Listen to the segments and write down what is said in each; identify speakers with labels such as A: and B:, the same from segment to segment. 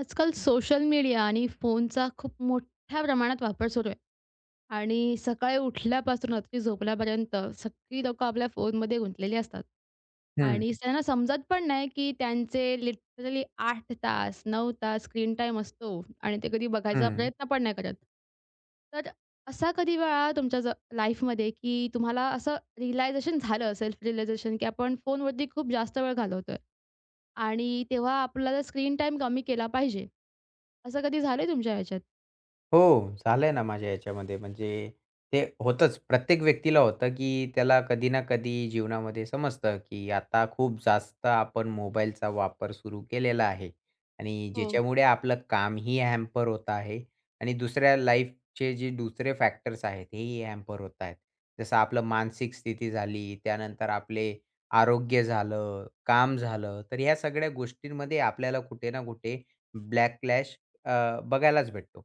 A: आजकाल social media आणि फोनचा खूप मोठ्या प्रमाणात वापर सुरू आहे. आणि सकाळी उठल्यापासून रात्री झोपल्यापर्यंत सगळी लोकं आपल्या फोनमध्ये गुंतलेली असतात.
B: हं,
A: आणि त्यांना समजत पण नाही, की त्यांचे लिटरली 8 तास, 9 तास स्क्रीन टाईम असतो आणि ते कधी बघायचा
B: हं.
A: प्रयत्न पण नाही करत. तर असा कधी वेळ तुमच्या लाईफमध्ये, की तुम्हाला असं रिअलायझेशन झालं, सेल्फ रिअलायझेशन, की आपण फोनवरती खूप जास्त वेळ घालवतोय आणि तेव्हा आपल्याला स्क्रीन टाईम कमी केला पाहिजे. असं कधी झालंय तुमच्या ह्याच्यात?
B: हो, झालंय ना माझ्या याच्यामध्ये. म्हणजे ते होतंच. प्रत्येक व्यक्तीला होतं, की त्याला कधी ना कधी जीवनामध्ये समजतं, की आता खूप जास्त आपण मोबाईलचा वापर सुरू केलेला आहे आणि
A: हो,
B: ज्याच्यामुळे आपलं कामही हॅम्पर होत आहे आणि दुसऱ्या लाईफचे जे दुसरे फॅक्टर्स आहेत, हेही हॅम्पर होत आहेत. जसं आपलं मानसिक स्थिती झाली, त्यानंतर आपले आरोग्य झालं, काम झालं. तर ह्या सगळ्या गोष्टींमध्ये आपल्याला कुठे ना कुठे ब्लॅक बघायलाच भेटतो.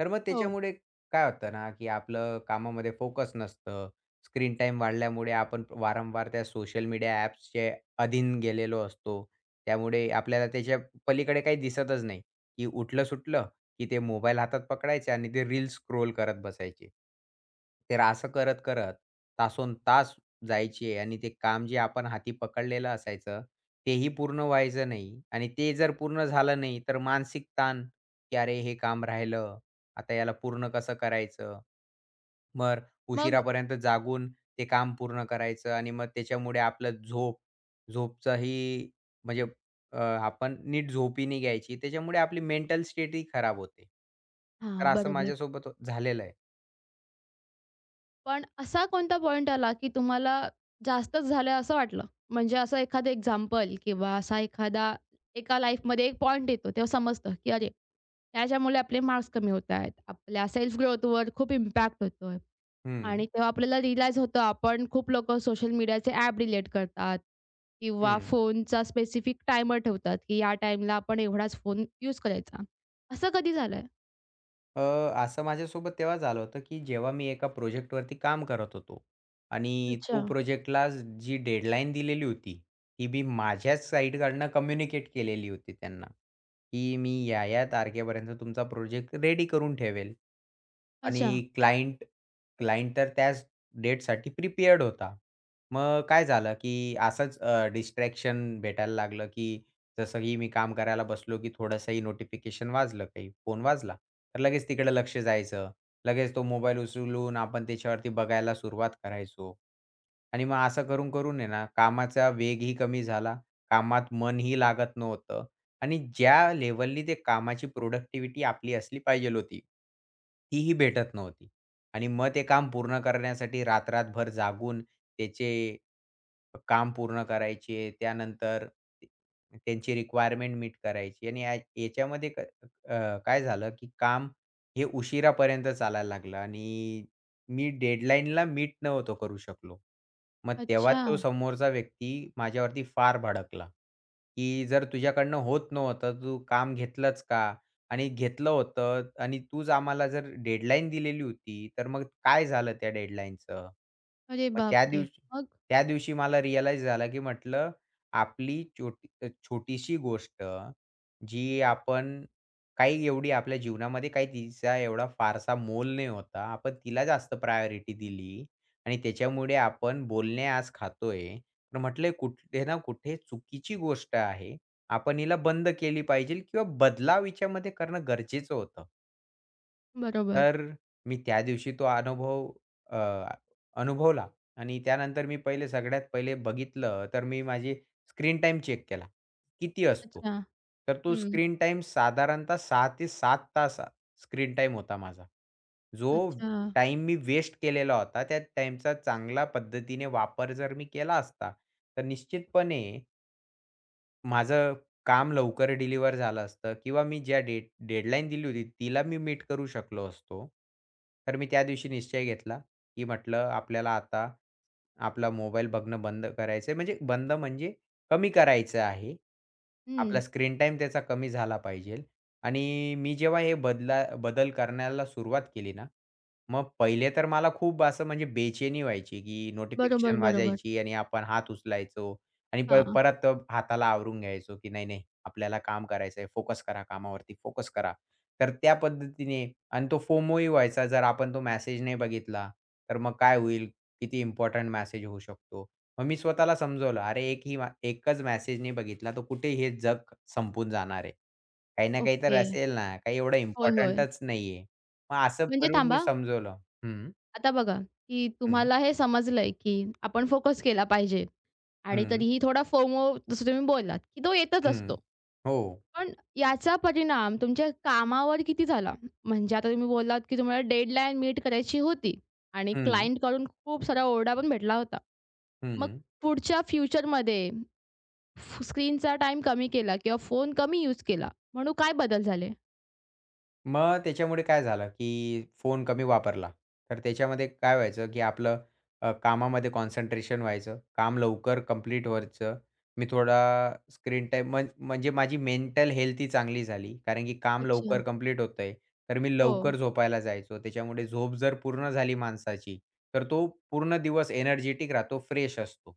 B: तर मग
A: हो.
B: त्याच्यामुळे काय होतं ना, की आपलं कामामध्ये फोकस नसतं. स्क्रीन टाईम वाढल्यामुळे आपण वारंवार त्या सोशल मीडिया ॲप्सचे अधीन गेलेलो असतो. त्यामुळे आपल्याला त्याच्या पलीकडे काही दिसतच नाही, की उठलं-सुटलं, की ते मोबाईल हातात पकडायचे आणि ते रील्स स्क्रोल करत बसायचे. तर असं करत-करत तासोनतास जायचे आणि ते काम जे आपण हाती पकडलेलं असायचं, तेही पूर्ण व्हायचं नाही आणि ते जर पूर्ण झालं नाही, तर मानसिक ताण की "अरे, हे काम राहिलं, आता याला पूर्ण कसं करायचं?" मग
A: मग
B: उशिरापर्यंत जागून ते काम पूर्ण करायचं आणि मग त्याच्यामुळे आपलं झोप झोपचाही म्हणजे अ, आपण नीट झोपही नाही घ्यायची. त्याच्यामुळे आपली मेंटल स्टेटही खराब होते.
A: हां,
B: तर असं
A: बरोबर.
B: माझ्यासोबत झालेलं आहे.
A: पण असा कोणता पॉइंट आला, की तुम्हाला जास्तच झालंय असं वाटलं? म्हणजे असं एखादं एक्झाम्पल किंवा असा एखादा एका लाईफमध्ये एक पॉइंट येतो, तेव्हा समजतं, की अरे, त्याच्यामुळे आपले मार्क्स कमी होत आहेत. आपल्या सेल्फ ग्रोथवर खूप इम्पॅक्ट होतोय.
B: हं,
A: आणि तेव्हा आपल्याला रिअलाईज होतं, आपण खूप लोकं सोशल मीडियाचे ॲप रिलेट करतात किंवा
B: हं.
A: फोनचा स्पेसिफिक टायमर ठेवतात, की या टाईमला आपण एवढाच फोन यूज करायचा. असं कधी झालंय?
B: अ, असं माझ्यासोबत तेव्हा झालं होतं, की जेव्हा मी एका प्रोजेक्टवरती काम करत होतो आणि
A: अच्छा.
B: तो प्रोजेक्टला जी डेडलाईन दिलेली होती, ती मी माझ्याच साइडकडनं कम्युनिकेट केलेली होती त्यांना, की मी या-या तारखेपर्यंत तुमचा प्रोजेक्ट रेडी करून ठेवेल. आणि
A: अच्छा.
B: क्लायंट क्लायंट तर त्याच डेटसाठी प्रिपेअर्ड होता. मग काय झालं, की असंच डिस्ट्रॅक्शन भेटायला लागलं, की जसं की मी काम करायला बसलो, की थोडंसंही नोटिफिकेशन वाजलं, काही फोन वाजला. तर लगेच तिकडे लक्ष जायचं. लगेच तो मोबाईल उचलून आपण त्याच्यावरती बघायला सुरुवात करायचो. आणि मग असं करून, करून आहे ना कामाचा वेगही कमी झाला. कामात मनही लागत नव्हतं आणि ज्या लेव्हलनी ते कामाची प्रॉडक्टिव्हिटी आपली असली पाहिजे होती, तीही भेटत नव्हती. आणि मग ते काम पूर्ण करण्यासाठी रात्र जागून त्याचे काम पूर्ण करायचे, त्यानंतर त्यांची रिक्वायरमेंट मीट करायची आणि याच्यामध्ये काय झालं, की काम हे उशिरापर्यंत चालायला लागलं आणि मी डेडलाईनला मीट नव्हतो करू शकलो. मग तेव्हा
A: अच्छा.
B: तो समोरचा व्यक्ती माझ्यावरती फार भडकला, की "जर तुझ्याकडनं होत नव्हतं, तू काम घेतलंच का?" आणि घेतलं होतं आणि तूच आम्हाला जर डेडलाईन दिलेली होती, तर मग काय झालं त्या डेडलाईनचं?
A: अरे
B: मग
A: बापरे! मग?
B: त्या दिवशी मला रिअलाईज झालं, की म्हटलं आपली छोटीशी गोष्ट जी आपण काही एवढी आपल्या जीवनामध्ये काही तिचा एवढा फारसा मोल नाही होता. आपण तिला जास्त प्रायोरिटी दिली आणि त्याच्यामुळे आपण बोलणे आज खातोय. तर म्हटलं कुठे ना कुठे चुकीची गोष्ट आहे. आपण हिला बंद केली पाहिजे किंवा बदलाव हिच्यामध्ये करणं गरजेचं होतं.
A: बरोबर.
B: तर मी त्या दिवशी तो अ, अनुभवला आणि त्यानंतर मी पहिले सगळ्यात पहिले बघितलं, तर मी माझी स्क्रीन टाईम चेक केला, किती असतो?
A: अच्छा.
B: तर तो
A: हं.
B: स्क्रीन टाईम साधारणतः 6 ते 7 तास स्क्रीन टाईम होता माझा. जो
A: अच्छा.
B: टाईम मी वेस्ट केलेला होता, त्या टाईमचा चांगल्या पद्धतीने वापर जर मी केला असता, तर निश्चितपणे माझं काम लवकर डिलिव्हर झालं असतं किंवा मी ज्या डेडलाईन दिली होती तिला मी मीट करू शकलो असतो. तर मी त्या दिवशी निश्चय घेतला, की म्हटलं आपल्याला आता आपला मोबाईल बघणं बंद करायचं आहे. म्हणजे बंद म्हणजे कमी करायचं आहे.
A: हं.
B: आपला स्क्रीन टाईम त्याचा कमी झाला पाहिजे आणि मी जेव्हा हे बदल करण्याला सुरुवात केली ना, मग पहिले तर मला खूप असं म्हणजे बेचैनी व्हायची, की
A: बरोबर,
B: नोटिफिकेशन
A: बरोबर.
B: वाजायची आणि आपण हात उचलायचो. आणि
A: हां.
B: परत हाताला आवरून घ्यायचो, की नाही, नाही आपल्याला काम करायचंय, फोकस करा कामावरती, फोकस करा. तर त्या पद्धतीने आणि तो फोमोही व्हायचा जर आपण तो मेसेज नाही बघितला, तर मग काय होईल? किती इम्पोर्टंट मेसेज होऊ शकतो. मग मी स्वतःला समजवलं, अरे एकच मेसेज नाही बघितला, तर कुठे हे जग संपून जाणार आहे. काही ना काही तर
A: ओके.
B: असेल ना, काही एवढं
A: होय, होय.
B: इम्पोर्टंटच नाहीये. मग असं
A: म्हणजे
B: करून मी
A: थांबा,
B: समजवलं. हं,
A: आता बघा, की
B: हं,
A: तुम्हाला हे समजलंय, की आपण फोकस केला पाहिजे आणि
B: हं,
A: तरीही थोडा फोमो जसं तुम्ही बोललात, की तो येतच
B: हं.
A: असतो.
B: हो.
A: पण याचा परिणाम तुमच्या कामावर किती झाला? म्हणजे आता तुम्ही बोललात, की तुम्हाला डेडलाईन मीट करायची होती आणि
B: हं,
A: क्लायंटकडून खूप सारा ओरडा पण भेटला होता. मग
B: हं.
A: पुढच्या फ्युचरमध्ये स्क्रीनचा टाईम कमी केला किंवा फोन कमी यूज केला, म्हणून काय बदल झाले?
B: मग त्याच्यामुळे काय झालं, की फोन कमी वापरला. तर त्याच्यामध्ये काय व्हायचं, की आपलं कामामध्ये कॉन्सन्ट्रेशन व्हायचं. काम लवकर कंप्लीट व्हायचं. मी थोडा स्क्रीन टाईम म्हणजे माझी मेंटल हेल्थ ही चांगली झाली. कारण की काम
A: अच्छा.
B: लवकर कंप्लीट होतंय. तर मी
A: हो,
B: लवकर झोपायला जायचो. त्याच्यामुळे झोप जर पूर्ण झाली माणसाची, तर तो पूर्ण दिवस एनर्जेटिक राहतो, फ्रेश असतो.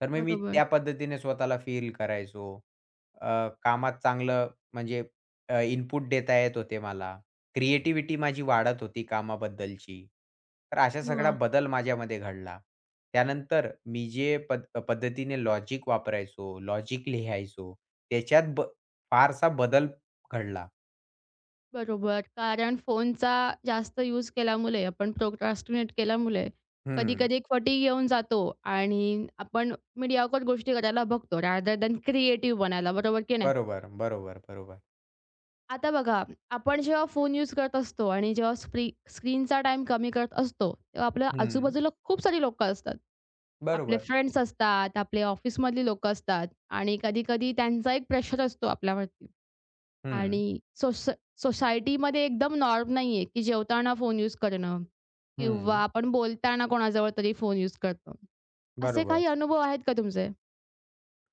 B: तर मग मी
A: बरोबर.
B: त्या पद्धतीने स्वतःला फील करायचो. कामात चांगलं म्हणजे इनपुट देता येत होते मला. क्रिएटिव्हिटी माझी वाढत होती कामाबद्दलची. तर अशा सगळा
A: वाह!
B: बदल माझ्यामध्ये घडला. त्यानंतर मी जे पद्धतीने लॉजिक वापरायचो, लॉजिक लिहायचो, त्याच्यात फारसा बदल घडला.
A: बरोबर. कारण फोनचा जास्त यूज केल्यामुळे, आपण प्रोक्रॅस्टिनेट केल्यामुळे
B: हं.
A: कधी-कधी एक फटीग येऊन जातो आणि आपण मीडियाकर गोष्टी करायला बघतो रॅदर दॅन क्रिएटिव्ह बनायला, बरोबर की नाही?
B: बरोबर, बरोबर, बरोबर.
A: आता बघा, आपण जेव्हा फोन यूज करत असतो आणि जेव्हा स्क्रीनचा टाईम कमी करत असतो, तेव्हा आपल्या
B: हं.
A: आजूबाजूला खूप सारी लोकं असतात. आपले
B: बरोबर.
A: फ्रेंड्स असतात, आपले ऑफिसमधली लोकं असतात आणि कधी-कधी त्यांचा एक प्रेशर असतो आपल्यावरती
B: हं,
A: आणि सोसायटीमध्ये एकदम नॉर्म नाहीये, की जेवताना फोन यूज करणं किंवा
B: हं.
A: आपण बोलताना कोणाजवळ तरी फोन यूज करतो. असे
B: बरोबर.
A: काही अनुभव आहेत का तुमचे?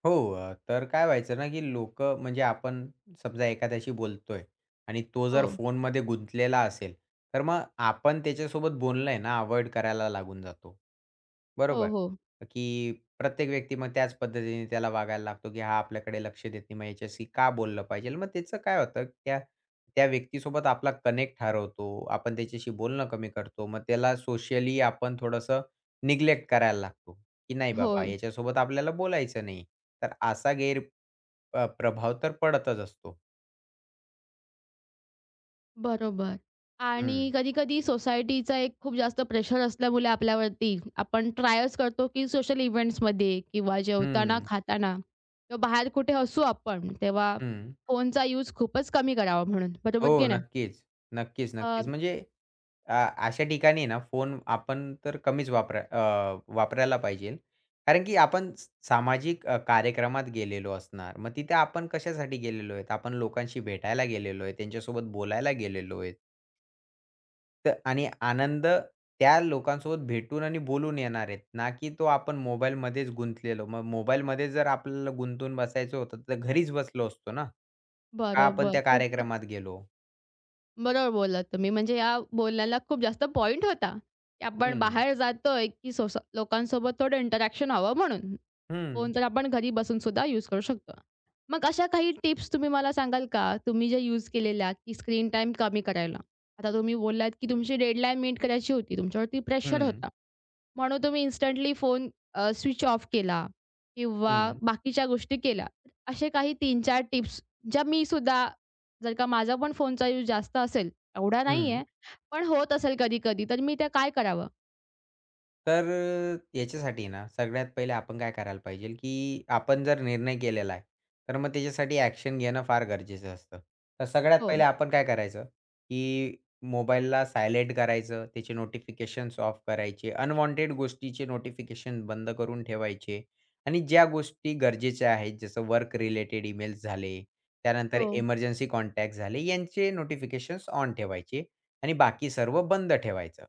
B: हो. तर काय व्हायचं ना, की लोकं म्हणजे आपण समजा एखाद्याशी बोलतोय आणि तो
A: हो.
B: जर फोनमध्ये गुंतलेला असेल, तर मग आपण त्याच्यासोबत बोलणं आहे ना अव्हॉइड करायला लागून जातो.
A: हो,
B: बरोबर?
A: हो.
B: की प्रत्येक व्यक्ती मग त्याच पद्धतीने त्याला वागायला लागतो, की हा आपल्याकडे लक्ष देत नाही. मग याच्याशी का बोललं पाहिजे? मग त्याचं काय होतं, त्या त्या व्यक्तीसोबत आपला कनेक्ट हरवतो. आपण त्याच्याशी बोलणं कमी करतो. मग त्याला सोशली आपण थोडंसं निग्लेक्ट करायला लागतो. की नाही बाबा
A: होय.
B: याच्यासोबत आपल्याला बोलायचं नाही. तर असा प्रभाव तर पडतच असतो.
A: बरोबर. आणि
B: हं,
A: कधी-कधी सोसायटीचा एक खूप जास्त प्रेशर असल्यामुळे आपल्यावरती, आपण ट्रायच करतो की सोशल इव्हेंट्समध्ये किंवा जेवताना,
B: हं,
A: खाताना किंवा बाहेर कुठे असू आपण, तेव्हा
B: हं.
A: फोनचा यूज खूपच कमी करावा म्हणून. बरोबर
B: हो,
A: की नाही?
B: नक्कीच. नक्कीच,
A: अ,
B: नक्कीच. म्हणजे अ, अशा ठिकाणी ना फोन आपण तर कमीच वापरायला पाहिजे. कारण की आपण सामाजिक कार्यक्रमात गेलेलो असणार. मग तिथे आपण कशासाठी गेलेलो आहेत? आपण लोकांशी भेटायला गेलेलो आहे, त्यांच्यासोबत बोलायला गेलेलो आहेत. तर आणि आनंद त्या लोकांसोबत भेटून आणि बोलून येणार आहेत, ना की तो आपण मोबाईलमध्येच गुंतलेलो. मग मोबाईलमध्ये जर आपल्याला गुंतून बसायचं होतं, तर घरीच बसलो असतो ना. का आपण
A: बरोबर.
B: त्या
A: खूपच
B: कार्यक्रमात गेलो?
A: बरोबर बोललात तुम्ही. म्हणजे या बोलण्याला खूप जास्त पॉइंट होता, की आपण
B: हं,
A: बाहेर जातोय, की लोकांसोबत थोडं इंटरॅक्शन व्हावं म्हणून.
B: हं,
A: फोन तर आपण घरी बसून सुद्धा यूज करू शकतो. मग अशा काही टिप्स तुम्ही मला सांगाल का? तुम्ही ज्या यूज केलेल्या, की स्क्रीन टाईम कमी करायला. आता तुम्ही बोललात, की तुमची डेडलाईन मीट करायची होती. तुमच्यावरती प्रेशर
B: हं,
A: होता. म्हणून तुम्ही इन्स्टंटली फोन स्विच ऑफ केला किंवा
B: हं,
A: बाकीच्या गोष्टी केल्या. असे काही तीन-चार टिप्स ज्या मी सुद्धा जर का माझा पण फोनचा यूज जास्त असेल, एवढा नाही
B: हं.
A: आहे, पण होत असेल कधी-कधी, तर मी त्या काय करावं?
B: तर याच्यासाठी ना सगळ्यात पहिले आपण काय करायला पाहिजे, की आपण जर निर्णय केलेला आहे, तर मग त्याच्यासाठी ॲक्शन घेणं फार गरजेचं असतं. तर सगळ्यात
A: हो,
B: पहिले आपण काय करायचं, की मोबाईलला सायलेंट करायचं, त्याचे नोटिफिकेशन्स ऑफ करायचे, अनवॉन्टेड गोष्टीचे नोटिफिकेशन बंद करून ठेवायचे आणि ज्या गोष्टी गरजेच्या आहेत, जसं वर्क रिलेटेड ईमेल्स झाले, त्यानंतर
A: हो,
B: इमर्जन्सी कॉन्टॅक्ट झाले, यांचे नोटिफिकेशन्स ऑन ठेवायचे आणि बाकी सर्व बंद ठेवायचं.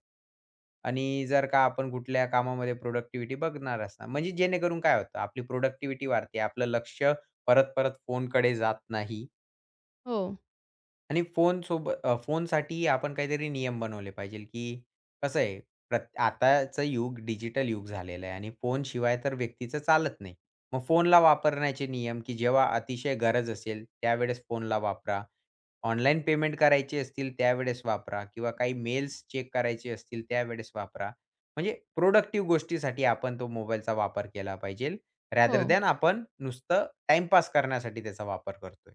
B: आणि जर का आपण कुठल्या कामामध्ये प्रोडक्टिव्हिटी बघणार असणार, म्हणजे जेणेकरून काय होतं आपली प्रोडक्टिव्हिटी वाढते. आपलं लक्ष परत-परत फोनकडे जात नाही
A: हो,
B: आणि फोनसाठी आपण काहीतरी नियम बनवले पाहिजे, की कसं आहे आताचं युग डिजिटल युग झालेलं आहे आणि फोनशिवाय तर व्यक्तीचं चालत नाही. मग फोनला वापरण्याचे नियम, की जेव्हा अतिशय गरज असेल त्यावेळेस फोनला वापरा. ऑनलाईन पेमेंट करायचे असतील त्यावेळेस वापरा किंवा काही मेल्स चेक करायचे असतील त्यावेळेस वापरा. म्हणजे प्रोडक्टिव्ह गोष्टीसाठी आपण तो मोबाईलचा वापर केला पाहिजे. रॅदर
A: हो,
B: दॅन आपण नुसतं टाईमपास करण्यासाठी त्याचा वापर करतोय.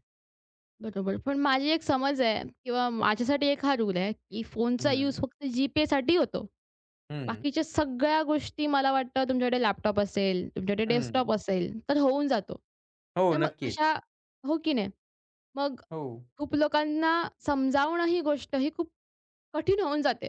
A: बरोबर. पण माझी एक समज आहे किंवा माझ्यासाठी एक हा रूल आहे, की फोनचा यूज
B: हं,
A: फक्त जी-पेसाठी होतो.
B: हं,
A: बाकीच्या सगळ्या गोष्टी मला वाटतं तुमच्याकडे लॅपटॉप असेल, तुमच्याकडे
B: हं.
A: डेस्कटॉप असेल, तर होऊन जातो.
B: हो,
A: तर मग
B: नक्कीच.
A: अशा हो की नाही? मग
B: हो,
A: खूप लोकांना समजावणं ही गोष्ट ही खूप कठीण होऊन जाते.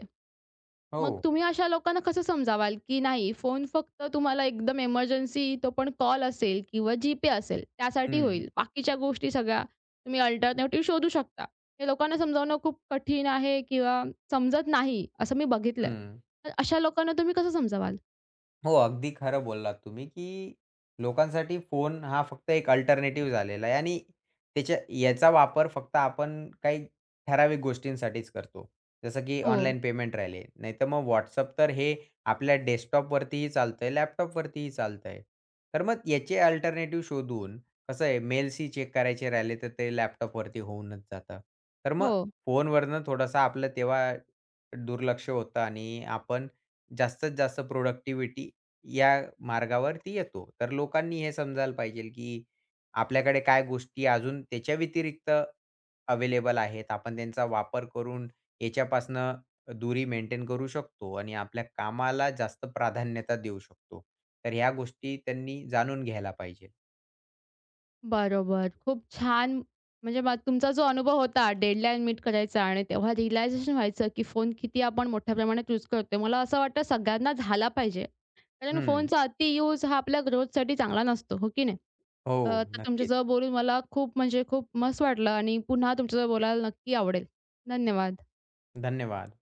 B: हो.
A: मग तुम्ही अशा लोकांना कसं समजावाल, की नाही फोन फक्त तुम्हाला एकदम इमर्जन्सी तो पण कॉल असेल किंवा जी असेल त्यासाठी होईल.
B: हं,
A: बाकीच्या गोष्टी सगळ्या तुम्ही अल्टरनेटिव्ह शोधू शकता. हे लोकांना समजावणं खूप कठीण आहे किंवा समजत नाही असं मी बघितलंय.
B: हं.
A: तर अशा लोकांना तुम्ही कसं समजावाल?
B: हो, अगदी खरं बोललात तुम्ही, की लोकांसाठी फोन हा फक्त एक अल्टरनेटिव्ह झालेला आहे आणि त्याच्या याचा वापर फक्त आपण काही ठराविक गोष्टींसाठीच करतो. जसं की
A: हो,
B: ऑनलाईन पेमेंट राहिले, नाहीतर मग WhatsApp तर हे आपल्या डेस्कटॉपवरतीही चालतंय, लॅपटॉपवरतीही चालतंय. तर मग याचे अल्टरनेटिव्ह शोधून कसं आहे मेल्सही चेक करायचे राहिले, तर ते लॅपटॉपवरती होऊनच जातं. तर मग
A: हो.
B: फोनवरनं थोडासा आपलं तेव्हा दुर्लक्ष होतं आणि आपण जास्तीत जास्त प्रोडक्टिव्हिटी या मार्गावरती येतो. तर लोकांनी हे समजायला पाहिजे, की आपल्याकडे काय गोष्टी अजून त्याच्या व्यतिरिक्त अवेलेबल आहेत. आपण त्यांचा वापर करून याच्यापासनं दूरी मेंटेन करू शकतो आणि आपल्या कामाला जास्त प्राधान्यता देऊ शकतो. तर ह्या गोष्टी त्यांनी जाणून घ्यायला पाहिजे.
A: बरोबर. खूप छान म्हणजे मग तुमचा जो अनुभव होता डेडलाईन मीट करायचा आणि तेव्हा रिअलायझेशन व्हायचं, की फोन किती आपण मोठ्या प्रमाणात यूज करतोय. मला असं वाटतं सगळ्यांना झाला पाहिजे. कारण
B: हं.
A: फोनचा अति यूज हा आपल्या ग्रोथसाठी चांगला नसतो, हो की नाही?
B: हो,
A: तर
B: नक्कीच.
A: तुमच्याजवळ बोलून मला खूप म्हणजे खूप मस्त वाटलं आणि पुन्हा तुमच्याजवळ बोलायला नक्की आवडेल. धन्यवाद.
B: धन्यवाद.